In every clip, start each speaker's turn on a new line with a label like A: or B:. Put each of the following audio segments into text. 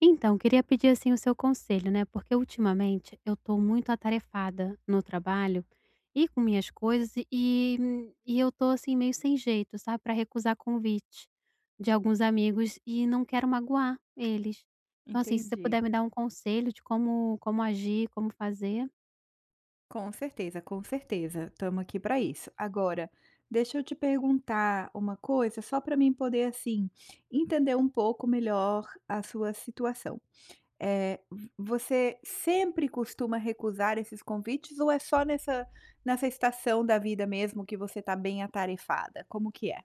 A: Então, queria pedir assim o seu conselho, né? Porque ultimamente eu tô muito atarefada no trabalho e com minhas coisas e eu tô assim meio sem jeito, sabe, para recusar convite de alguns amigos e não quero magoar eles. Então, assim, se você
B: Entendi.
A: puder me dar um conselho de como agir, como fazer.
B: Com certeza, com certeza. Estamos aqui para isso. Agora, deixa eu te perguntar uma coisa, só para mim poder, assim, entender um pouco melhor a sua situação. É, você sempre costuma recusar esses convites ou é só nessa estação da vida mesmo que você está bem atarefada? Como que é?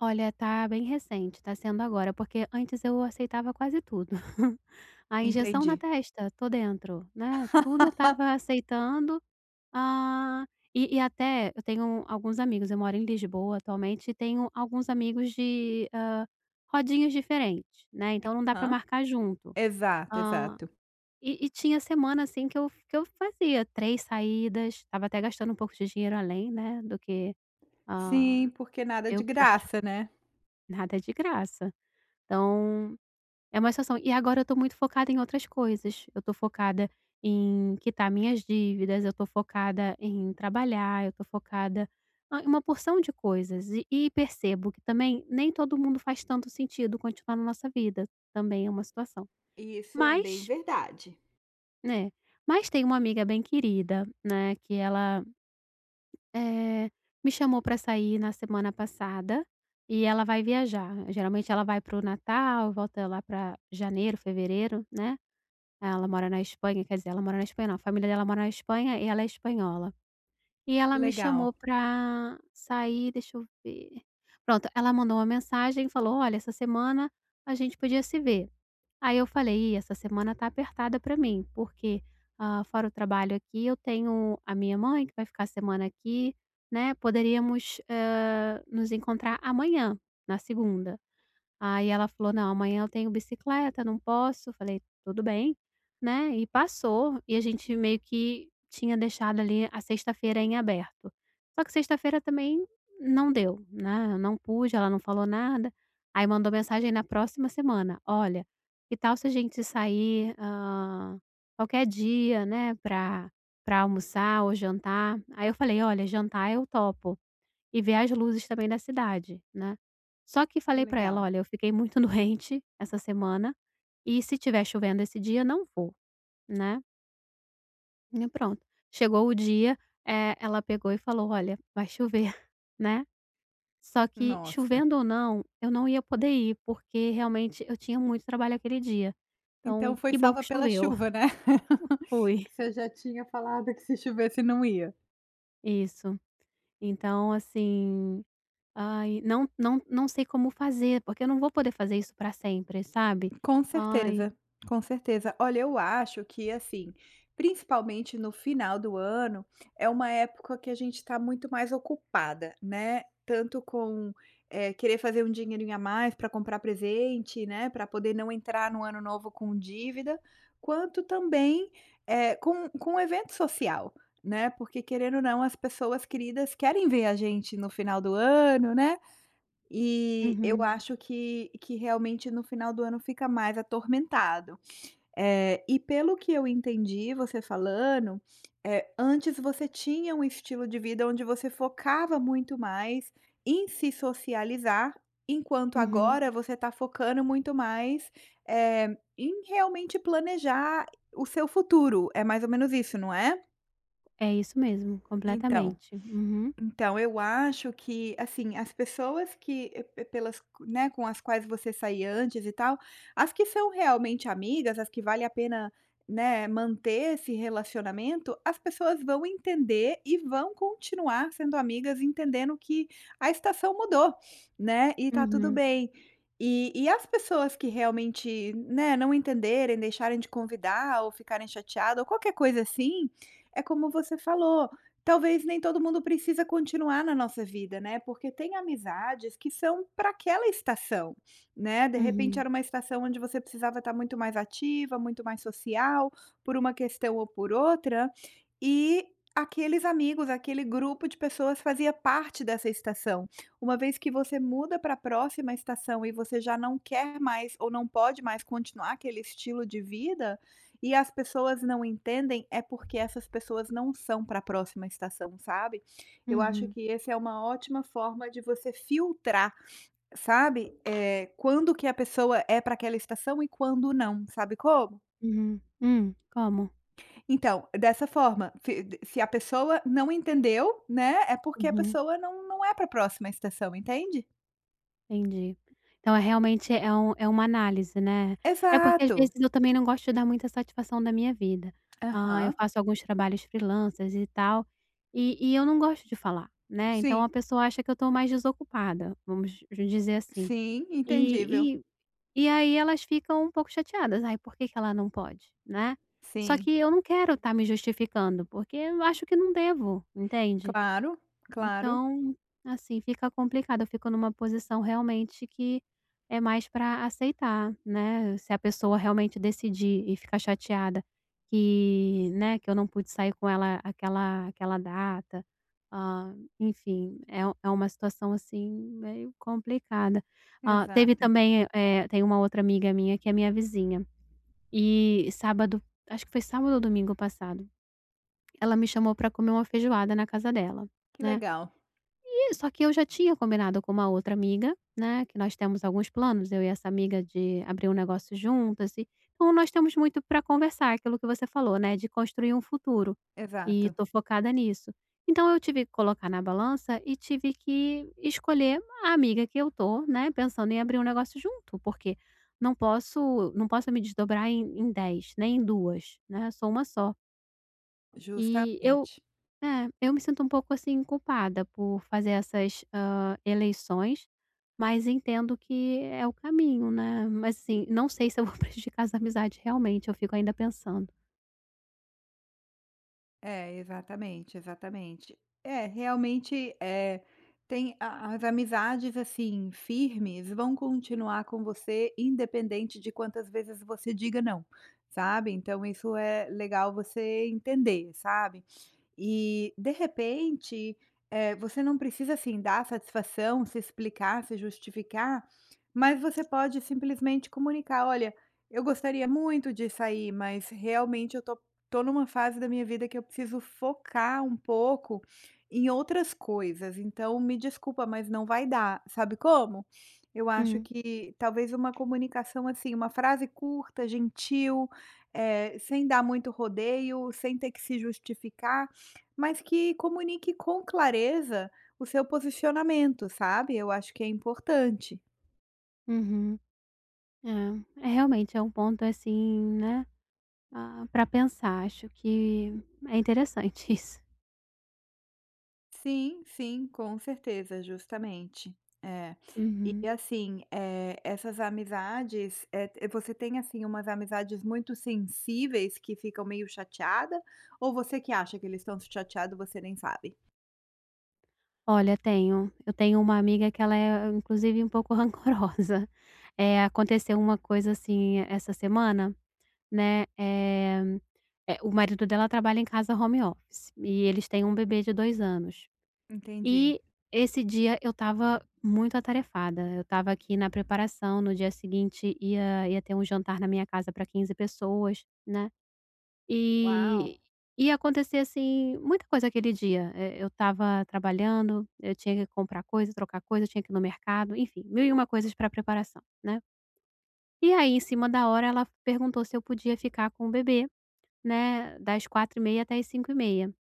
A: Olha, tá bem recente, tá sendo agora, porque antes eu aceitava quase tudo. A injeção
B: Entendi.
A: na testa, tô dentro, né? Tudo eu tava aceitando. Ah, e até eu tenho alguns amigos, eu moro em Lisboa atualmente e tenho alguns amigos de, rodinhas diferentes, né, então não dá para
B: Hã?
A: marcar junto.
B: Exato,
A: Hã,
B: exato.
A: e tinha semana, assim, que eu fazia 3 saídas, estava até gastando um pouco de dinheiro além, né, do que, hã,
B: Sim, porque nada de
A: eu que
B: graça, né?
A: nada é de graça. Então, é uma situação. E agora eu tô muito focada em outras coisas. Eu tô focada em quitar minhas dívidas, eu tô focada em trabalhar, eu tô focada, em uma porção de coisas. E percebo que também nem todo mundo faz tanto sentido continuar na nossa vida. Também é uma situação.
B: Isso é bem
A: Mas,
B: verdade.
A: né? Mas tem uma amiga bem querida, né? Que ela eh, me chamou pra sair na semana passada e ela vai viajar. Geralmente ela vai pro Natal, volta lá pra janeiro, fevereiro, né? Ela mora na Espanha, quer dizer, ela mora na Espanha não, a família dela mora na Espanha e ela é espanhola. E ela me chamou
B: Legal,
A: pra sair, deixa eu ver. Pronto, ela mandou uma mensagem e falou: "Olha, essa semana a gente podia se ver". Aí eu falei: "Ih, essa semana tá apertada pra mim, porque, fora o trabalho aqui, eu tenho a minha mãe que vai ficar a semana aqui, né, poderíamos, nos encontrar amanhã, na segunda". Aí ela falou: "Não, amanhã eu tenho bicicleta, não posso". Falei: "Tudo bem", né, e passou, e a gente meio que tinha deixado ali a sexta-feira em aberto. Só que sexta-feira também não deu, né, eu não pude, ela não falou nada. Aí mandou mensagem na próxima semana: "Olha, que tal se a gente sair, qualquer dia, né, pra almoçar ou jantar?". Aí eu falei: "Olha, jantar eu topo". E ver as luzes também da cidade, né. Só que falei pra ela:
B: legal.
A: "Olha, eu fiquei muito doente essa semana e se tiver chovendo esse dia, não vou", né. E pronto, chegou o dia, ela pegou e falou: "Olha, vai chover", né. Só que
B: Nossa,
A: chovendo ou não, eu não ia poder ir, porque realmente eu tinha muito trabalho aquele dia.
B: então
A: Então,
B: foi
A: que bom
B: salva
A: que
B: pela
A: choveu.
B: chuva, né?
A: Fui.
B: Que você já tinha falado que se chovesse não ia.
A: Isso. Então, assim, ai, não sei como fazer, porque eu não vou poder fazer isso para sempre, sabe.
B: Com
A: Ai,
B: certeza, com certeza. Olha, eu acho que assim, principalmente no final do ano, é uma época que a gente está muito mais ocupada, né? Tanto com querer fazer um dinheirinho a mais para comprar presente, né? Para poder não entrar no ano novo com dívida, quanto também com evento social. Né? Porque querendo ou não, as pessoas queridas querem ver a gente no final do ano, né? E eu
A: uhum,
B: acho que realmente no final do ano fica mais atormentado. E pelo que eu entendi você falando, antes você tinha um estilo de vida onde você focava muito mais em se socializar, enquanto
A: uhum.
B: agora você está focando muito mais, em realmente planejar o seu futuro, é mais ou menos isso, não é?
A: É isso mesmo,
B: Então
A: completamente. Uhum,
B: então, eu acho que, assim, as pessoas que e pe pelas né, com as quais você saía antes e tal, as que são realmente amigas, as que vale a pena, né, manter esse relacionamento, as pessoas vão entender e vão continuar sendo amigas, entendendo que a estação mudou, né, e tá tudo
A: uhum,
B: bem. E as pessoas que realmente, né, não entenderem, deixarem de convidar ou ficarem chateadas ou qualquer coisa assim, é como você falou. Talvez nem todo mundo precisa continuar na nossa vida, né, porque tem amizades que são para aquela estação, né, de repente
A: uhum,
B: era uma estação onde você precisava estar muito mais ativa, muito mais social, por uma questão ou por outra, e aqueles amigos, aquele grupo de pessoas fazia parte dessa estação. Uma vez que você muda para a próxima estação e você já não quer mais ou não pode mais continuar aquele estilo de vida, e as pessoas não entendem é porque essas pessoas não são para a próxima estação, sabe. Eu acho
A: uhum,
B: que esse é uma ótima forma de você filtrar, sabe. É quando que a pessoa é para aquela estação e quando não, sabe como?
A: uhum. Como?
B: Então, dessa forma, fi se a pessoa não entendeu, né, é porque a
A: Uhum,
B: pessoa não é para a próxima estação, entende?
A: entendi. Então, é realmente, é uma análise, né. É porque às
B: Exato.
A: vezes eu também não gosto de dar muita satisfação da minha vida. Ah, eu
B: Aham.
A: faço alguns trabalhos freelancers e tal, e eu não gosto de falar, né, então
B: Sim,
A: a pessoa acha que eu estou mais desocupada, vamos dizer assim.
B: sim, entendível.
A: E e e aí elas ficam um pouco chateadas, "Ai, por que que ela não pode?", né. Só
B: Sim,
A: que eu não quero estar me justificando, porque eu acho que não devo, entende?
B: claro, claro.
A: Então, assim, fica complicado, eu fico numa posição realmente que é mais para aceitar, né, se a pessoa realmente decidir e ficar chateada que, né, que eu não pude sair com ela aquela data, enfim, é uma situação, assim, meio complicada. Teve
B: Exato.
A: também, tem uma outra amiga minha que é minha vizinha, e sábado acho que foi sábado ou domingo passado, ela me chamou para comer uma feijoada na casa dela,
B: Que
A: né.
B: legal.
A: É, só que eu já tinha combinado com uma outra amiga, né, que nós temos alguns planos, eu e essa amiga, de abrir um negócio juntas e então nós temos muito para conversar, aquilo que você falou, né, de construir um futuro,
B: Exato,
A: e tô focada nisso. Então eu tive que colocar na balança e tive que escolher a amiga que eu tô, né, pensando em abrir um negócio junto, porque não posso me desdobrar em 10, nem em 2, né, sou uma só. E eu
B: justamente.
A: eu me sinto um pouco, assim, culpada por fazer essas, eleições, mas entendo que é o caminho, né. Mas, assim, não sei se eu vou prejudicar as amizades realmente, eu fico ainda pensando.
B: É, exatamente, exatamente. É, realmente, é tem a as amizades, assim, firmes vão continuar com você independente de quantas vezes você diga "não", sabe. Então isso é legal você entender, sabe. E, de repente, você não precisa, assim, dar satisfação, se explicar, se justificar, mas você pode simplesmente comunicar: "Olha, eu gostaria muito de sair, mas realmente eu tô numa fase da minha vida que eu preciso focar um pouco em outras coisas, então me desculpa, mas não vai dar". Sabe como? Eu acho
A: Hum,
B: que talvez uma comunicação, assim, uma frase curta, gentil, sem dar muito rodeio, sem ter que se justificar, mas que comunique com clareza o seu posicionamento, sabe, eu acho que é importante.
A: uhum. É realmente é um ponto, assim, né, pra pensar, acho que é interessante isso.
B: Sim, sim, com certeza, justamente. É. E
A: Uhum.
B: assim, essas amizades, você tem, assim, umas amizades muito sensíveis que ficam meio chateada, ou você que acha que eles estão chateados, você nem sabe?
A: Olha, tenho. Eu tenho uma amiga que ela é, inclusive, um pouco rancorosa. É, aconteceu uma coisa, assim, essa semana. Né, o marido dela trabalha em casa home office e eles têm um bebê de 2 anos.
B: Entendi.
A: E esse dia eu estava muito atarefada, eu estava aqui na preparação, no dia seguinte ia ter um jantar na minha casa para 15 pessoas, né, e
B: Uau!
A: ia acontecer, assim, muita coisa aquele dia. Eu estava trabalhando, eu tinha que comprar coisa, trocar coisa, eu tinha que ir no mercado, enfim, 1001 coisas para preparação, né. E aí, em cima da hora, ela perguntou se eu podia ficar com o bebê, né, das 4h30 até as 5h30.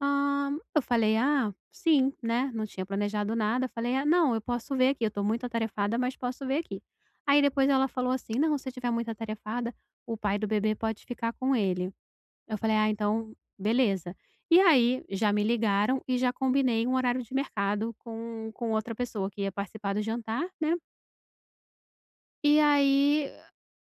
A: Ah, eu falei: "Ah, sim", né, não tinha planejado nada, falei: "Ah, não, eu posso ver aqui, eu tô muito atarefada, mas posso ver aqui". Aí depois ela falou assim: "Não, se eu tiver muito atarefada, o pai do bebê pode ficar com ele". Eu falei: "Ah, então beleza". E aí já me ligaram e já combinei um horário de mercado com outra pessoa que ia participar do jantar, né. E aí,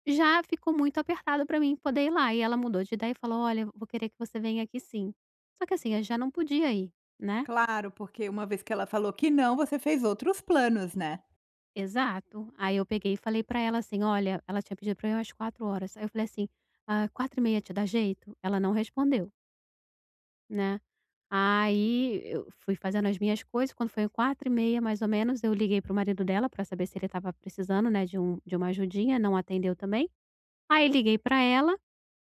A: já ficou muito apertado pra mim poder ir lá, e ela mudou de ideia e falou: "Olha, vou querer que você venha aqui sim". Só que assim, eu já não podia ir, né.
B: Claro, porque uma vez que ela falou que não, você fez outros planos, né?
A: Exato. Aí eu peguei e falei pra ela assim: "Olha", ela tinha pedido pra eu ir às 4 horas. Aí eu falei assim: "Ah, 16h30 te dá jeito?". Ela não respondeu, né. Aí eu fui fazendo as minhas coisas, quando foi 4h30 mais ou menos, eu liguei pro marido dela pra saber se ele estava precisando, né, de uma ajudinha, não atendeu também. Aí liguei pra ela.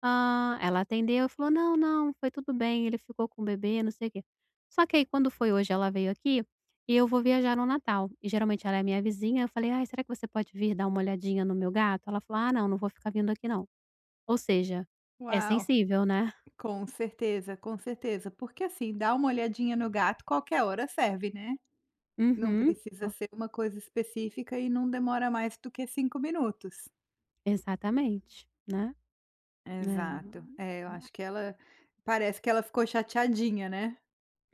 A: Ah, ela atendeu e falou: "Não, não, foi tudo bem, ele ficou com o bebê, não sei o quê". Só que aí quando foi hoje, ela veio aqui e eu vou viajar no Natal, e geralmente ela é minha vizinha, eu falei: "Ai, será que você pode vir dar uma olhadinha no meu gato?". Ela falou: "Ah, não, não vou ficar vindo aqui não". Ou seja, é
B: Uau!
A: sensível, né?
B: Com certeza, com certeza. Porque, assim, dar uma olhadinha no gato qualquer hora serve, né. Não
A: Uhum.
B: precisa
A: O,
B: ser uma coisa específica e não demora mais do que 5 minutos.
A: exatamente, né?
B: Exato.
A: É.
B: É, eu acho que ela parece que ela ficou chateadinha, né.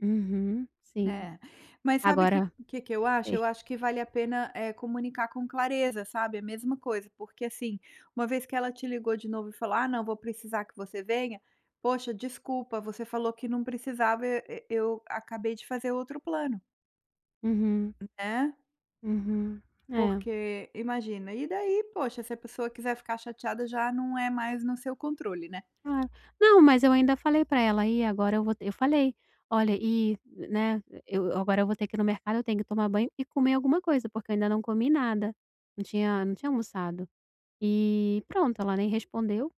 A: Uhum, sim.
B: É, mas sabe o que
A: Agora
B: que eu acho?
A: sei.
B: Eu acho que vale a pena, comunicar com clareza, sabe. É a mesma coisa, porque, assim, uma vez que ela te ligou de novo e falou: "Ah, não, vou precisar que você venha", "Poxa, desculpa, você falou que não precisava, e eu acabei de fazer outro plano",
A: Uhum,
B: né,
A: uhum. É.
B: porque imagina, e daí, poxa, se a pessoa quiser ficar chateada já não é mais no seu controle, né.
A: Claro. Não, mas eu ainda falei pra ela: "E agora eu vou te", eu falei: "Olha, e, né, eu agora eu vou ter que ir no mercado, eu tenho que tomar banho e comer alguma coisa, porque eu ainda não comi nada, não tinha almoçado". E pronto, ela nem respondeu,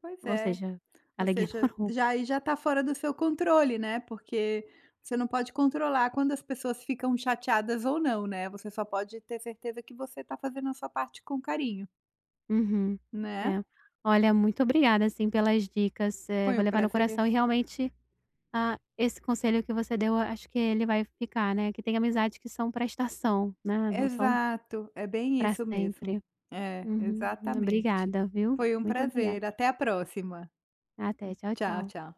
B: Pois
A: ou
B: é.
A: seja,
B: Ou
A: ela
B: seja,
A: ignorou.
B: já aí já está fora do seu controle, né, porque você não pode controlar quando as pessoas ficam chateadas ou não, né, você só pode ter certeza que você está fazendo a sua parte com carinho,
A: Uhum.
B: né.
A: É. Olha, muito obrigada, assim, pelas dicas,
B: Foi um
A: vou levar no
B: prazer.
A: coração e realmente, esse conselho que você deu, eu acho que ele vai ficar, né, que tem amizades que são pra estação, né, não são
B: Exato, é bem
A: pra
B: isso mesmo.
A: sempre.
B: É,
A: Uhum.
B: exatamente.
A: Obrigada, viu?
B: Foi um
A: Muito obrigada.
B: prazer, até a próxima.
A: Até, tchau,
B: Tchau,
A: tchau.
B: tchau.